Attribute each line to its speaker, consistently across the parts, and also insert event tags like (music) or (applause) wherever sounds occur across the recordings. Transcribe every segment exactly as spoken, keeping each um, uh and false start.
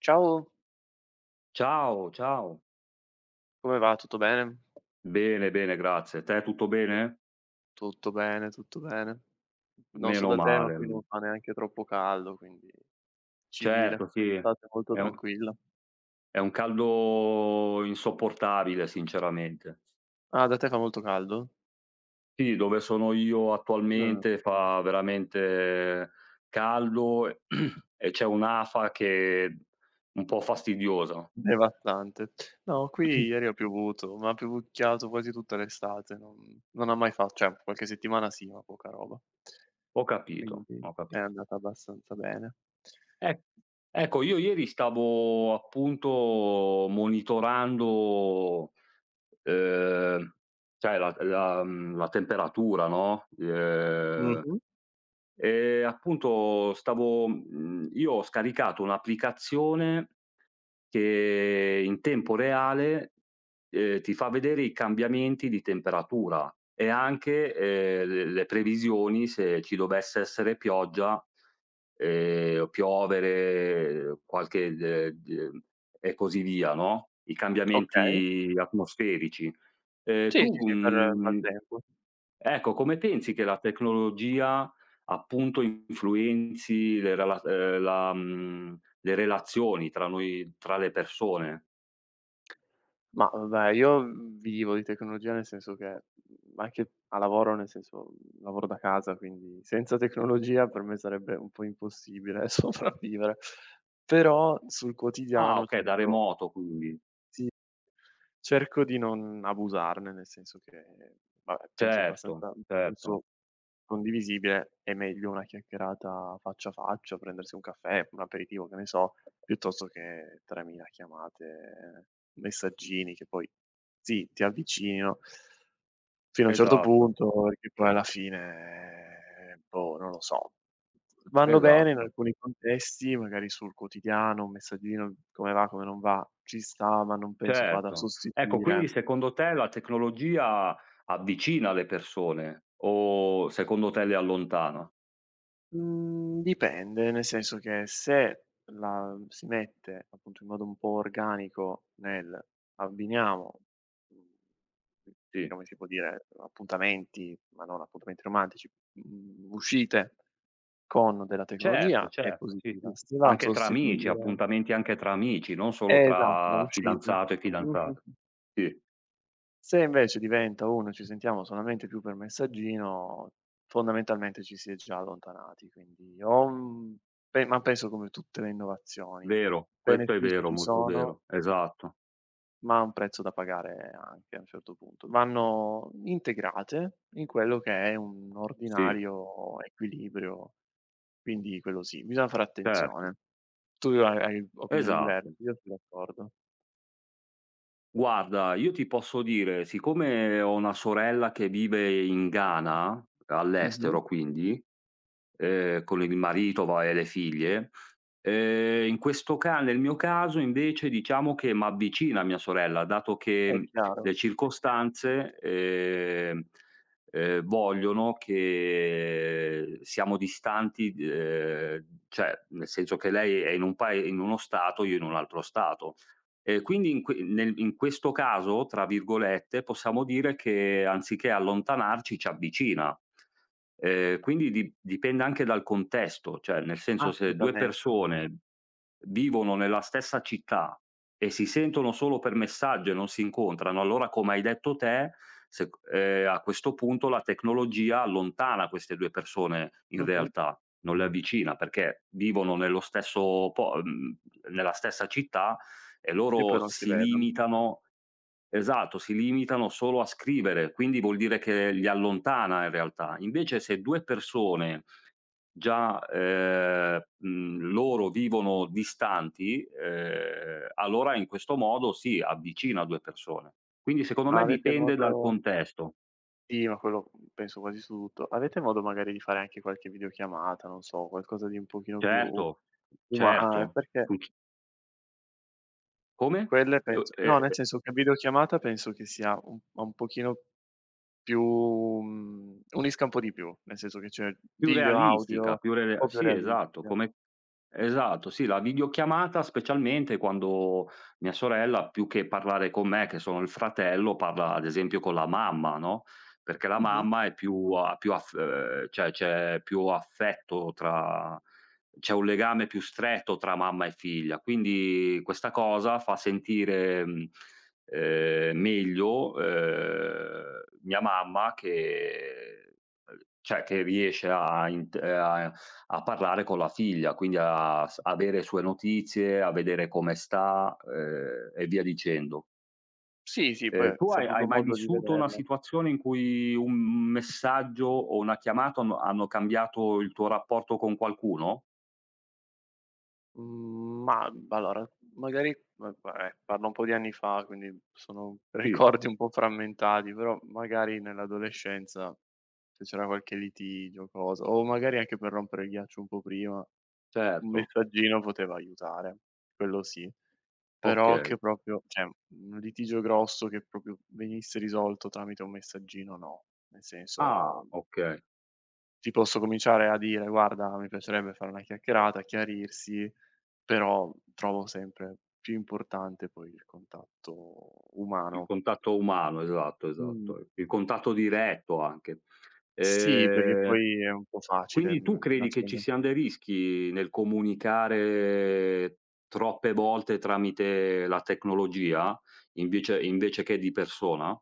Speaker 1: Ciao,
Speaker 2: Ciao, ciao.
Speaker 1: come va? Tutto bene?
Speaker 2: Bene, bene, grazie. Te tutto bene?
Speaker 1: Tutto bene, tutto bene. Non so
Speaker 2: Meno
Speaker 1: da te, ma
Speaker 2: male.
Speaker 1: qui non
Speaker 2: Mhmm,
Speaker 1: fa neanche troppo caldo, quindi civile,
Speaker 2: certo, sì.
Speaker 1: estate molto
Speaker 2: È un
Speaker 1: tranquilla.
Speaker 2: è un caldo insopportabile sinceramente.
Speaker 1: Ah, da te fa molto caldo?
Speaker 2: Sì, dove sono io
Speaker 1: Ah,
Speaker 2: attualmente fa veramente caldo e (clears throat) e c'è un'afa che è un po' fastidiosa.
Speaker 1: devastante. No, qui
Speaker 2: Sì.
Speaker 1: ieri ha piovuto, ma ha piovucchiato quasi tutta l'estate, non non ha mai fa cioè qualche settimana sì, ma poca roba.
Speaker 2: Ho capito,
Speaker 1: Quindi
Speaker 2: ho
Speaker 1: è
Speaker 2: capito.
Speaker 1: andata abbastanza bene.
Speaker 2: E ecco, io ieri stavo appunto monitorando. Ehm, cioè la la mhmm, la temperatura, no. Ehm
Speaker 1: Mh-mh,
Speaker 2: Ehm, appunto stavo mhmm, io ho scaricato un'applicazione che in tempo reale, ehm, ti fa vedere i cambiamenti di temperatura e anche, ehm, le le previsioni se ci dovesse essere pioggia, ehm, piovere qualche d d e così via, no, i
Speaker 1: okay.
Speaker 2: cambiamenti atmosferici. Ehm,
Speaker 1: Sì, sì,
Speaker 2: tu,
Speaker 1: sì, per
Speaker 2: mhmm,
Speaker 1: maltempo.
Speaker 2: Ecco, come pensi che la tecnologia, appunto, influenzi le rela ehm, la mhmm, le relazioni tra noi tra le persone?
Speaker 1: Ma vabbè, io, mhmm, vivo di tecnologia nel senso che, mhmm, anche a lavoro, nel senso, mhmm, lavoro da casa, quindi senza tecnologia per me sarebbe un po' impossibile (laughs) sopravvivere. Però sul
Speaker 2: Ah,
Speaker 1: quotidiano
Speaker 2: okay, da
Speaker 1: cerco
Speaker 2: remoto quindi.
Speaker 1: sì. Cerco di non abusarne, nel senso che, vabbè, penso
Speaker 2: Certo,
Speaker 1: abbastanza un
Speaker 2: certo.
Speaker 1: discorso condivisibile, è meglio una chiacchierata faccia a faccia, prendersi un caffè, un aperitivo, che ne so, piuttosto che tremila chiamate, messaggini che poi sì, ti avvicinino fino a un certo
Speaker 2: Esatto,
Speaker 1: punto, perché poi alla fine, boh, non lo so. Vanno bene in
Speaker 2: esatto.
Speaker 1: alcuni contesti, magari sul quotidiano, un messaggino, come va, come non va, ci sta, ma non penso vada a
Speaker 2: Certo. Ecco,
Speaker 1: sostituire.
Speaker 2: quindi secondo te la tecnologia avvicina le persone o secondo te le allontana?
Speaker 1: Mhmm, Dipende, nel senso che se la si mette, appunto, in modo un po' organico nel abbiniamo, mhmm,
Speaker 2: Sì.
Speaker 1: come si può dire, appuntamenti, ma non appuntamenti romantici, mhmm, uscite con della
Speaker 2: Certo,
Speaker 1: tecnologia è
Speaker 2: certo, sì,
Speaker 1: positiva.
Speaker 2: sì.
Speaker 1: Si va a
Speaker 2: Anche tra amici,
Speaker 1: sostituire
Speaker 2: appuntamenti anche tra amici, non solo
Speaker 1: eh, esatto, le
Speaker 2: tra
Speaker 1: uscite.
Speaker 2: fidanzato e fidanzata.
Speaker 1: Mh-mh-mh.
Speaker 2: Sì,
Speaker 1: Se invece diventa un ci sentiamo solamente più per messaggino, fondamentalmente ci si è già allontanati, quindi o un pe ma penso come tutte le innovazioni,
Speaker 2: vero, questo è
Speaker 1: benefici
Speaker 2: vero,
Speaker 1: ci
Speaker 2: molto
Speaker 1: sono,
Speaker 2: vero. Esatto.
Speaker 1: ma un prezzo da pagare anche a un certo punto. Vanno integrate in quello che è un
Speaker 2: Sì,
Speaker 1: ordinario equilibrio, quindi quello sì, bisogna fare
Speaker 2: certo.
Speaker 1: attenzione. Tu hai hai opinioni diverse,
Speaker 2: Esatto.
Speaker 1: io sono d'accordo.
Speaker 2: Guarda, io ti posso dire, siccome ho una sorella che vive in Ghana,
Speaker 1: Mh-mh.
Speaker 2: all'estero quindi, Ehm, con il marito va e le figlie. Ehm, in questo ca Nel mio caso invece diciamo che m'avvicina a mia sorella, dato
Speaker 1: È
Speaker 2: che
Speaker 1: chiaro,
Speaker 2: le circostanze, ehm, ehm, vogliono che siamo distanti, ehm, cioè nel senso che lei è in un pae in uno stato, io in un altro stato. Ehm, quindi in que nel in questo caso, tra virgolette, possiamo dire che anziché allontanarci ci avvicina. Ehm, quindi di dipende anche dal contesto, cioè nel senso se due
Speaker 1: assolutamente.
Speaker 2: persone vivono nella stessa città e si sentono solo per messaggio e non si incontrano, allora come hai detto te, sec ehm, a questo punto la tecnologia allontana queste due persone in
Speaker 1: Mh-mh.
Speaker 2: realtà, non le avvicina perché vivono nello stesso po mhmm, nella stessa città e
Speaker 1: E poi
Speaker 2: loro
Speaker 1: non si
Speaker 2: si
Speaker 1: vedono.
Speaker 2: limitano, esatto, si limitano solo a scrivere, quindi vuol dire che li allontana in realtà. Invece se due persone già, ehm, mhmm, loro vivono distanti, ehm, allora in questo modo sì, avvicina due persone. Quindi secondo
Speaker 1: Ma
Speaker 2: me
Speaker 1: avete
Speaker 2: dipende dal
Speaker 1: modo
Speaker 2: contesto.
Speaker 1: sì, ma quello, mhmm, penso quasi su tutto. Avete modo magari di fare anche qualche videochiamata, non so, qualcosa di un pochino
Speaker 2: Certo,
Speaker 1: più uma ah,
Speaker 2: certo.
Speaker 1: perché
Speaker 2: Func Come?
Speaker 1: quelle
Speaker 2: E u
Speaker 1: penso
Speaker 2: e
Speaker 1: no, nel senso che videochiamata penso che sia un un pochino più mhmm, unisca un po' di più, nel senso che c'è
Speaker 2: Più
Speaker 1: video, audio,
Speaker 2: realistica,
Speaker 1: un
Speaker 2: più re
Speaker 1: po' più
Speaker 2: sì, esatto,
Speaker 1: realistica.
Speaker 2: come, esatto, sì, la videochiamata specialmente quando mia sorella più che parlare con me, che sono il fratello, parla ad esempio con la mamma, no, perché la
Speaker 1: Mh-mh.
Speaker 2: mamma è più ha più aff ehm, cioè c'è più affetto tra c'è un legame più stretto tra mamma e figlia, quindi questa cosa fa sentire, mhmm, ehm, meglio, ehm, mia mamma che Uhm, cioè che riesce a int ehm, a a parlare con la figlia, quindi a s avere sue notizie, a vedere come sta, ehm, e via dicendo.
Speaker 1: Sì, sì,
Speaker 2: Ehm,
Speaker 1: poi
Speaker 2: tu
Speaker 1: se hai
Speaker 2: hai
Speaker 1: proprio
Speaker 2: hai mai
Speaker 1: modo di
Speaker 2: vissuto una
Speaker 1: vederla.
Speaker 2: situazione in cui un messaggio o una chiamata hanno hanno cambiato il tuo rapporto con qualcuno?
Speaker 1: Mhmm, ma, b allora, magari, ma eh, parlo un po' di anni fa, quindi sono (laughs)
Speaker 2: Sì,
Speaker 1: ricordi un po' frammentati, però magari nell'adolescenza, se c'era qualche litigio o cosa, o magari anche per rompere il ghiaccio un po' prima, un
Speaker 2: certo,
Speaker 1: messaggino poteva aiutare, quello sì. Però
Speaker 2: okay.
Speaker 1: che proprio cioè, un litigio grosso che proprio venisse risolto tramite un messaggino no. Nel
Speaker 2: Ah,
Speaker 1: senso
Speaker 2: okay.
Speaker 1: ti posso cominciare a dire: "Guarda, mi piacerebbe fare una chiacchierata, chiarirsi, però trovo sempre più importante poi il contatto
Speaker 2: Il
Speaker 1: umano."
Speaker 2: contatto umano, esatto,
Speaker 1: Mh.
Speaker 2: esatto. Il contatto diretto anche.
Speaker 1: Sì, perché
Speaker 2: Ehm
Speaker 1: poi è un po' facile,
Speaker 2: Quindi tu
Speaker 1: mhmm,
Speaker 2: credi che ci siano
Speaker 1: nascondersi.
Speaker 2: dei rischi nel comunicare troppe volte tramite la tecnologia invece invece che di persona?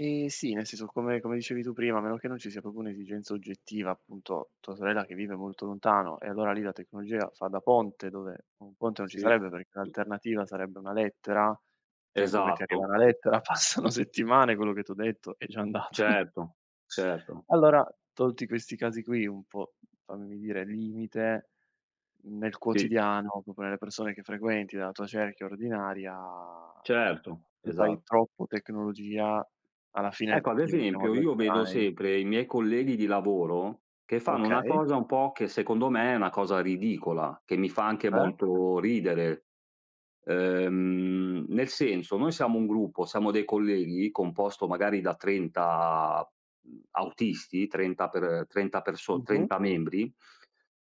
Speaker 1: Ehm, sì, nel senso come come dicevi tu prima, a meno che non ci sia proprio un'esigenza oggettiva, appunto tua sorella che vive molto lontano e allora lì la tecnologia fa da ponte, dove un ponte non ci
Speaker 2: Sì.
Speaker 1: sarebbe perché l'alternativa sarebbe una lettera, tempo che ti arriva
Speaker 2: Esatto,
Speaker 1: una
Speaker 2: sì.
Speaker 1: lettera, (laughs) passano settimane, quello che t'ho detto è già andato. (laughs)
Speaker 2: Certo, certo,
Speaker 1: Allora, tolti questi casi qui un po', fammi dire, limite nel
Speaker 2: sì,
Speaker 1: quotidiano, proprio nelle persone che frequenti, della tua cerchia ordinaria,
Speaker 2: certo,
Speaker 1: se fai
Speaker 2: esatto.
Speaker 1: troppo tecnologia, alla fine
Speaker 2: Ecco, ad
Speaker 1: diventiamo
Speaker 2: esempio,
Speaker 1: due
Speaker 2: io vedo
Speaker 1: estranei.
Speaker 2: sempre i miei colleghi di lavoro che fanno una
Speaker 1: Okay,
Speaker 2: cosa un po' che secondo me è una cosa ridicola, che mi fa anche
Speaker 1: eh?
Speaker 2: molto ridere. Ehm, nel senso, noi siamo un gruppo, siamo dei colleghi composto magari da trenta, mhmm, autisti, trenta per trenta perso
Speaker 1: Mh-mh.
Speaker 2: trenta membri.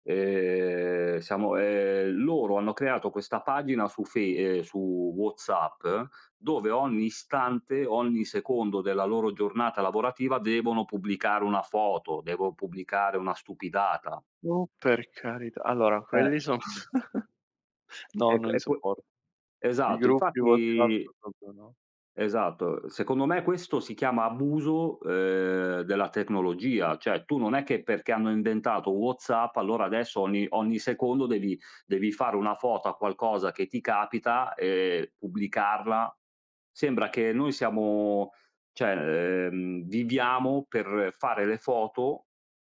Speaker 2: Ehm, siamo ehm, Loro hanno creato questa pagina su Fe ehm, su WhatsApp, dove ogni istante, ogni secondo della loro giornata lavorativa devono pubblicare una foto, devo pubblicare una stupidata.
Speaker 1: Oh, per carità. Allora,
Speaker 2: Eh,
Speaker 1: quelli son (laughs) no,
Speaker 2: e q
Speaker 1: non li
Speaker 2: e que
Speaker 1: sopporto. I
Speaker 2: esatto,
Speaker 1: gruppi
Speaker 2: infatti.
Speaker 1: WhatsApp proprio no.
Speaker 2: Esatto. Secondo me questo si chiama abuso, ehm, della tecnologia, cioè tu non è che perché hanno inventato WhatsApp allora adesso ogni ogni secondo devi devi fare una foto a qualcosa che ti capita e pubblicarla. Sembra che noi siamo, cioè, ehm, viviamo per fare le foto,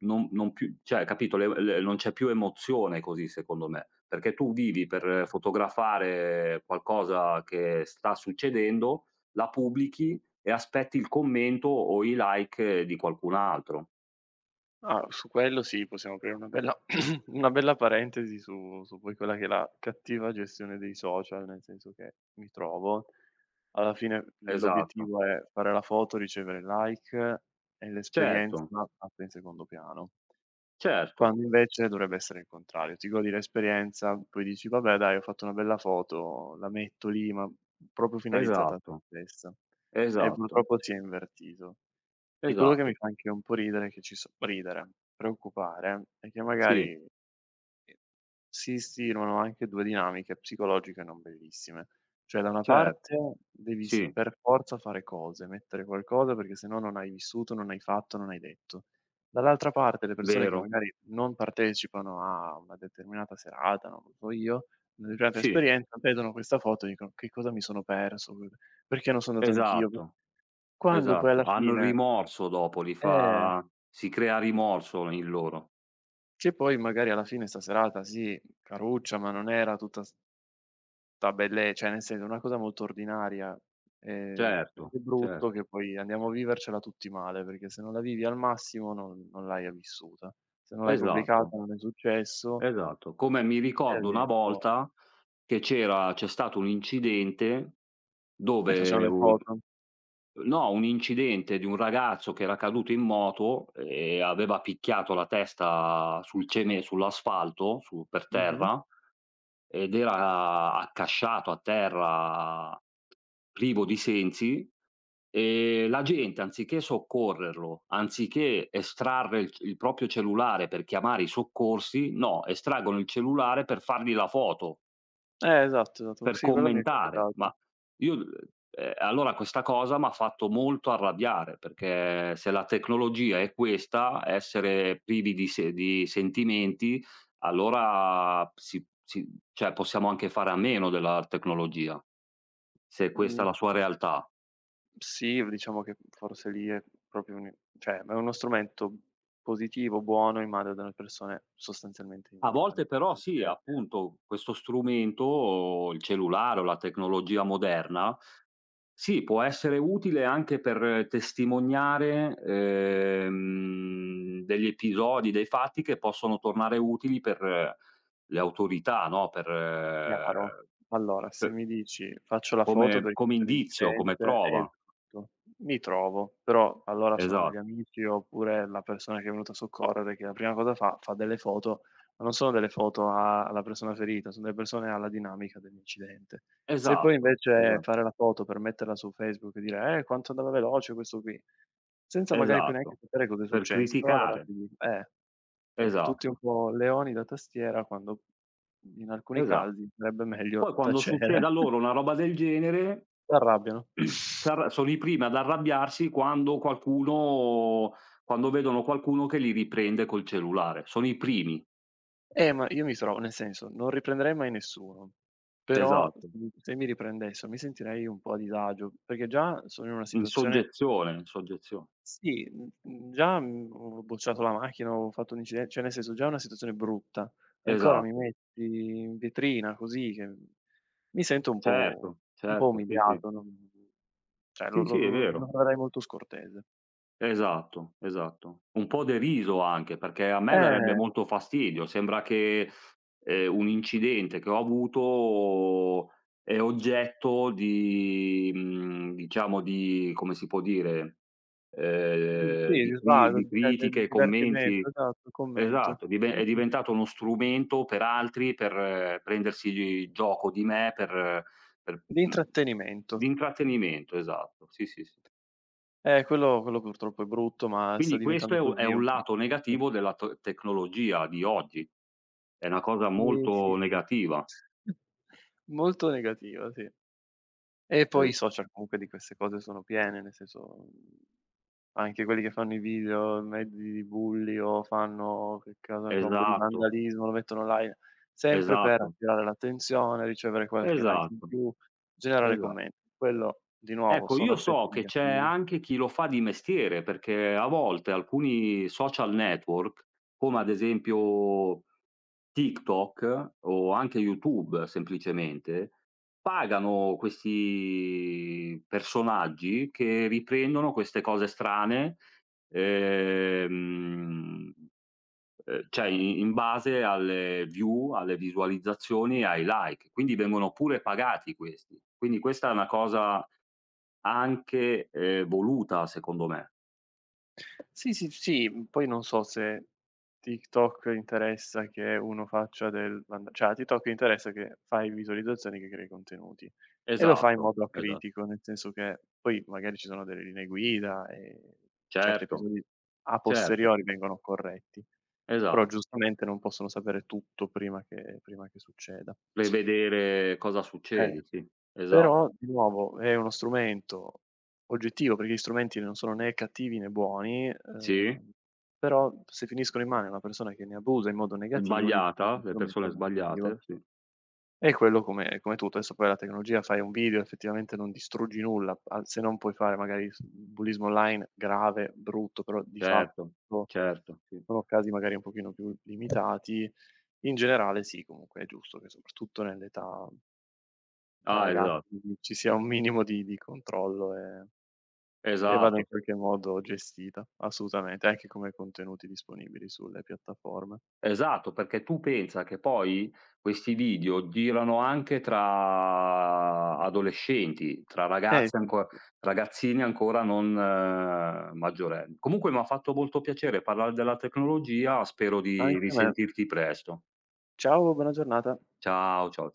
Speaker 2: non non più, cioè capito, le le non c'è più emozione così secondo me, perché tu vivi per fotografare qualcosa che sta succedendo, la pubblichi e aspetti il commento o i like di qualcun altro.
Speaker 1: Ah, su quello sì, possiamo aprire una bella (clears throat) una bella parentesi su su poi quella che è la cattiva gestione dei social, nel senso che mi trovo, alla fine
Speaker 2: Esatto.
Speaker 1: l'obiettivo è fare la foto, ricevere like e l'esperienza
Speaker 2: Certo,
Speaker 1: passa in secondo piano.
Speaker 2: certo,
Speaker 1: Quando invece dovrebbe essere il contrario. Ti godi l'esperienza, poi dici: "Vabbè dai, ho fatto una bella foto, la metto lì", ma proprio finalizzata a te
Speaker 2: esatto,
Speaker 1: stessa. E
Speaker 2: esatto,
Speaker 1: purtroppo si è invertito. E quello che mi
Speaker 2: esatto.
Speaker 1: fa anche un po' ridere è che ci so ridere, preoccupare, è che
Speaker 2: Sì,
Speaker 1: magari e si stimolano anche due dinamiche psicologiche non bellissime. Cioè da una
Speaker 2: certo,
Speaker 1: parte devi s
Speaker 2: sì,
Speaker 1: per forza fare cose, mettere qualcosa perché se no non hai vissuto, non hai fatto, non hai detto. Dall'altra parte le persone che
Speaker 2: vero,
Speaker 1: magari non partecipano a una determinata serata, non lo so io, una determinata
Speaker 2: sì,
Speaker 1: esperienza, vedono questa foto e dicono: "Che cosa mi sono perso? Perché non sono andato anch'io?"
Speaker 2: esatto,
Speaker 1: Quando poi
Speaker 2: esatto.
Speaker 1: alla
Speaker 2: Hanno il
Speaker 1: fine
Speaker 2: rimorso dopo, li
Speaker 1: eh,
Speaker 2: fa si crea rimorso in loro.
Speaker 1: che poi magari alla fine 'sta serata sì, caruccia, ma non era tutta s Tabelle cioè nel senso, è una cosa molto ordinaria, ehm, ed
Speaker 2: Certo,
Speaker 1: è brutto
Speaker 2: certo,
Speaker 1: che poi andiamo a vivercela tutti male, perché se non la vivi al massimo non non l'hai vissuta. Se non l'hai pubblicata,
Speaker 2: esatto,
Speaker 1: non è successo,
Speaker 2: esatto. Come mi
Speaker 1: e
Speaker 2: ricordo
Speaker 1: lì un
Speaker 2: una
Speaker 1: po'
Speaker 2: volta che c'era c'è stato un incidente
Speaker 1: e facciamo
Speaker 2: dove
Speaker 1: le
Speaker 2: u Uhm,
Speaker 1: foto.
Speaker 2: no, un incidente di un ragazzo che era caduto in moto e aveva picchiato la testa sul ceme sull'asfalto, su per
Speaker 1: Mh-mh.
Speaker 2: terra, ed era accasciato a terra, privo di sensi, e la gente anziché soccorrerlo, anziché estrarre il c il proprio cellulare per chiamare i soccorsi, no, estraggono il cellulare per fargli la foto.
Speaker 1: Eh, esatto, esatto.
Speaker 2: Per
Speaker 1: Sì, quello mi è
Speaker 2: commentare,
Speaker 1: capitato.
Speaker 2: ma io l ehm, allora questa cosa m'ha fatto molto arrabbiare, perché se la tecnologia è questa, essere privi di se di sentimenti, allora si si cioè possiamo anche fare a meno della tecnologia, se questa
Speaker 1: Mhmm,
Speaker 2: è la sua realtà.
Speaker 1: sì, diciamo che forse lì è proprio un cioè, è uno strumento positivo, buono, in mano ad una persone sostanzialmente
Speaker 2: A volte
Speaker 1: ignoranti,
Speaker 2: però sì,
Speaker 1: perché
Speaker 2: appunto, questo strumento, il cellulare o la tecnologia moderna, sì, può essere utile anche per testimoniare, ehm, degli episodi, dei fatti che possono tornare utili per le autorità, no, per
Speaker 1: chiaro.
Speaker 2: eh,
Speaker 1: Allora, se
Speaker 2: per
Speaker 1: mi dici: "Faccio la foto
Speaker 2: come
Speaker 1: perché
Speaker 2: come
Speaker 1: c'è
Speaker 2: indizio, come
Speaker 1: l'incidente"
Speaker 2: prova.
Speaker 1: esatto, mi trovo, però allora sono gli
Speaker 2: Esat
Speaker 1: amici oppure la persona che è venuta a soccorrere che la prima cosa fa, fa delle foto, ma non sono delle foto a alla persona ferita, sono delle persone alla dinamica dell'incidente. Se poi
Speaker 2: esatto,
Speaker 1: invece
Speaker 2: esa
Speaker 1: fare la foto per metterla su Facebook e dire: "Eh, quanto andava veloce questo qui", senza magari poi neanche
Speaker 2: esatto.
Speaker 1: sapere cosa è
Speaker 2: Per
Speaker 1: successo, allora
Speaker 2: criticare.
Speaker 1: ti dico eh, cioè tutti un
Speaker 2: Esatto,
Speaker 1: po' leoni da tastiera quando in alcuni
Speaker 2: esa
Speaker 1: casi sarebbe
Speaker 2: poi
Speaker 1: meglio
Speaker 2: quando
Speaker 1: tacere.
Speaker 2: succede a loro
Speaker 1: (laughs)
Speaker 2: una roba del genere.
Speaker 1: S'arrabbiano.
Speaker 2: S'arra Sono i primi ad arrabbiarsi quando qualcuno, quando vedono qualcuno che li riprende col cellulare. Sono i primi,
Speaker 1: Eh, ma io mi trovo nel senso, non riprenderei mai nessuno, però se
Speaker 2: esatto.
Speaker 1: mi se mi riprendessero mi sentirei un po' a disagio, perché già sono in una
Speaker 2: In
Speaker 1: situazione.
Speaker 2: soggezione, in soggezione.
Speaker 1: Sì, mhmm, mhmm, già, mhmm, ho bocciato la macchina, ho fatto un inciden cioè nel senso già è una situazione brutta, ancora mi
Speaker 2: Esatto.
Speaker 1: metti in vetrina così che mi sento un po'
Speaker 2: Certo,
Speaker 1: un po'
Speaker 2: certo, sì, sì.
Speaker 1: umiliato, non cioè lo
Speaker 2: Sì,
Speaker 1: lo
Speaker 2: sì, è
Speaker 1: lo lo
Speaker 2: vero.
Speaker 1: troverei molto scortese.
Speaker 2: Esatto, esatto. Un po' deriso anche, perché a me darebbe
Speaker 1: Eh,
Speaker 2: molto fastidio. Sembra che, ehm, un incidente che ho avuto è oggetto di, mhmm, diciamo, di come si può dire,
Speaker 1: di
Speaker 2: ehm,
Speaker 1: sì, di
Speaker 2: di cri
Speaker 1: svago,
Speaker 2: di
Speaker 1: cioè del
Speaker 2: critiche,
Speaker 1: divertimento,
Speaker 2: commenti,
Speaker 1: esatto, commento.
Speaker 2: esatto, dive è
Speaker 1: Mh-mh.
Speaker 2: diventato uno strumento per altri, per eh, prendersi gioco di me, per per
Speaker 1: Di
Speaker 2: mhmm,
Speaker 1: intrattenimento.
Speaker 2: di intrattenimento, esatto. Sì, sì, sì.
Speaker 1: Eh, quello quello purtroppo è brutto, ma sta
Speaker 2: Quindi questo
Speaker 1: diventando
Speaker 2: è u è
Speaker 1: così
Speaker 2: un
Speaker 1: un po' su
Speaker 2: lato
Speaker 1: tutto.
Speaker 2: negativo della to tecnologia di oggi. È una cosa
Speaker 1: Sì,
Speaker 2: molto
Speaker 1: sì.
Speaker 2: negativa.
Speaker 1: (laughs) Molto negativa, sì. E
Speaker 2: E
Speaker 1: poi i social comunque di queste cose sono piene, nel senso, mhmm, anche quelli che fanno i video in mezzo di bulli o fanno, che cosa ne so, un po' di
Speaker 2: esatto,
Speaker 1: vandalismo, lo mettono online, sempre per
Speaker 2: esatto,
Speaker 1: attirare l'attenzione, ricevere qualche like in
Speaker 2: esatto,
Speaker 1: più, generare
Speaker 2: esa
Speaker 1: commenti. Quello di nuovo
Speaker 2: Ecco,
Speaker 1: sono
Speaker 2: io
Speaker 1: effetti
Speaker 2: so che c'è
Speaker 1: negativi.
Speaker 2: anche chi lo fa di mestiere, perché a volte alcuni social network, come ad esempio TikTok o anche YouTube semplicemente, pagano questi personaggi che riprendono queste cose strane, ehm, ehm, cioè i in base alle view, alle visualizzazioni e ai like. Quindi vengono pure pagati questi. Quindi questa è una cosa anche, ehm, voluta secondo me.
Speaker 1: Sì, sì, sì, mhmm, poi non so se TikTok interessa che uno faccia del vanda cioè a TikTok interessa che fai visualizzazioni, che crei contenuti e lo fa in
Speaker 2: Esatto,
Speaker 1: modo
Speaker 2: esa
Speaker 1: acritico, nel senso che poi magari ci sono delle linee guida e certi
Speaker 2: certo,
Speaker 1: episodi a
Speaker 2: certo,
Speaker 1: posteriori
Speaker 2: sì,
Speaker 1: vengono corretti, però
Speaker 2: esatto.
Speaker 1: giustamente non possono sapere tutto prima che prima che succeda.
Speaker 2: Per vedere cosa
Speaker 1: Eh.
Speaker 2: succede, sì,
Speaker 1: Però
Speaker 2: esatto.
Speaker 1: di nuovo è uno strumento oggettivo, perché gli strumenti non sono né cattivi né buoni,
Speaker 2: Sì,
Speaker 1: ehm, però se finiscono in mano a una persona che ne abusa in modo negativo diventa uno
Speaker 2: sbagliata, le
Speaker 1: strumento
Speaker 2: persone
Speaker 1: negativo.
Speaker 2: sbagliate, sì,
Speaker 1: E quello come come tutto, adesso poi la tecnologia fai un video, effettivamente non distruggi nulla, al se non puoi fare magari s bullismo online grave, brutto, però di
Speaker 2: certo,
Speaker 1: fatto
Speaker 2: certo, sì.
Speaker 1: sono casi magari un pochino più limitati. In generale sì, comunque è giusto che soprattutto nell'età da
Speaker 2: Ah, esa
Speaker 1: ragazzi ci sia un minimo di di controllo e e vada in
Speaker 2: esatto.
Speaker 1: qualche modo gestita, assolutamente, anche come contenuti disponibili sulle piattaforme.
Speaker 2: Esatto, perché tu pensa che poi questi video girano anche tra adolescenti, tra
Speaker 1: Eh
Speaker 2: ragazzi
Speaker 1: sì, sì,
Speaker 2: anco
Speaker 1: sì,
Speaker 2: ragazzini ancora non maggioren Comunque m'ha fatto molto piacere parlare della tecnologia, spero di
Speaker 1: anche a me.
Speaker 2: risentirti presto.
Speaker 1: Ciao, buona giornata.
Speaker 2: Ciao, ciao, cia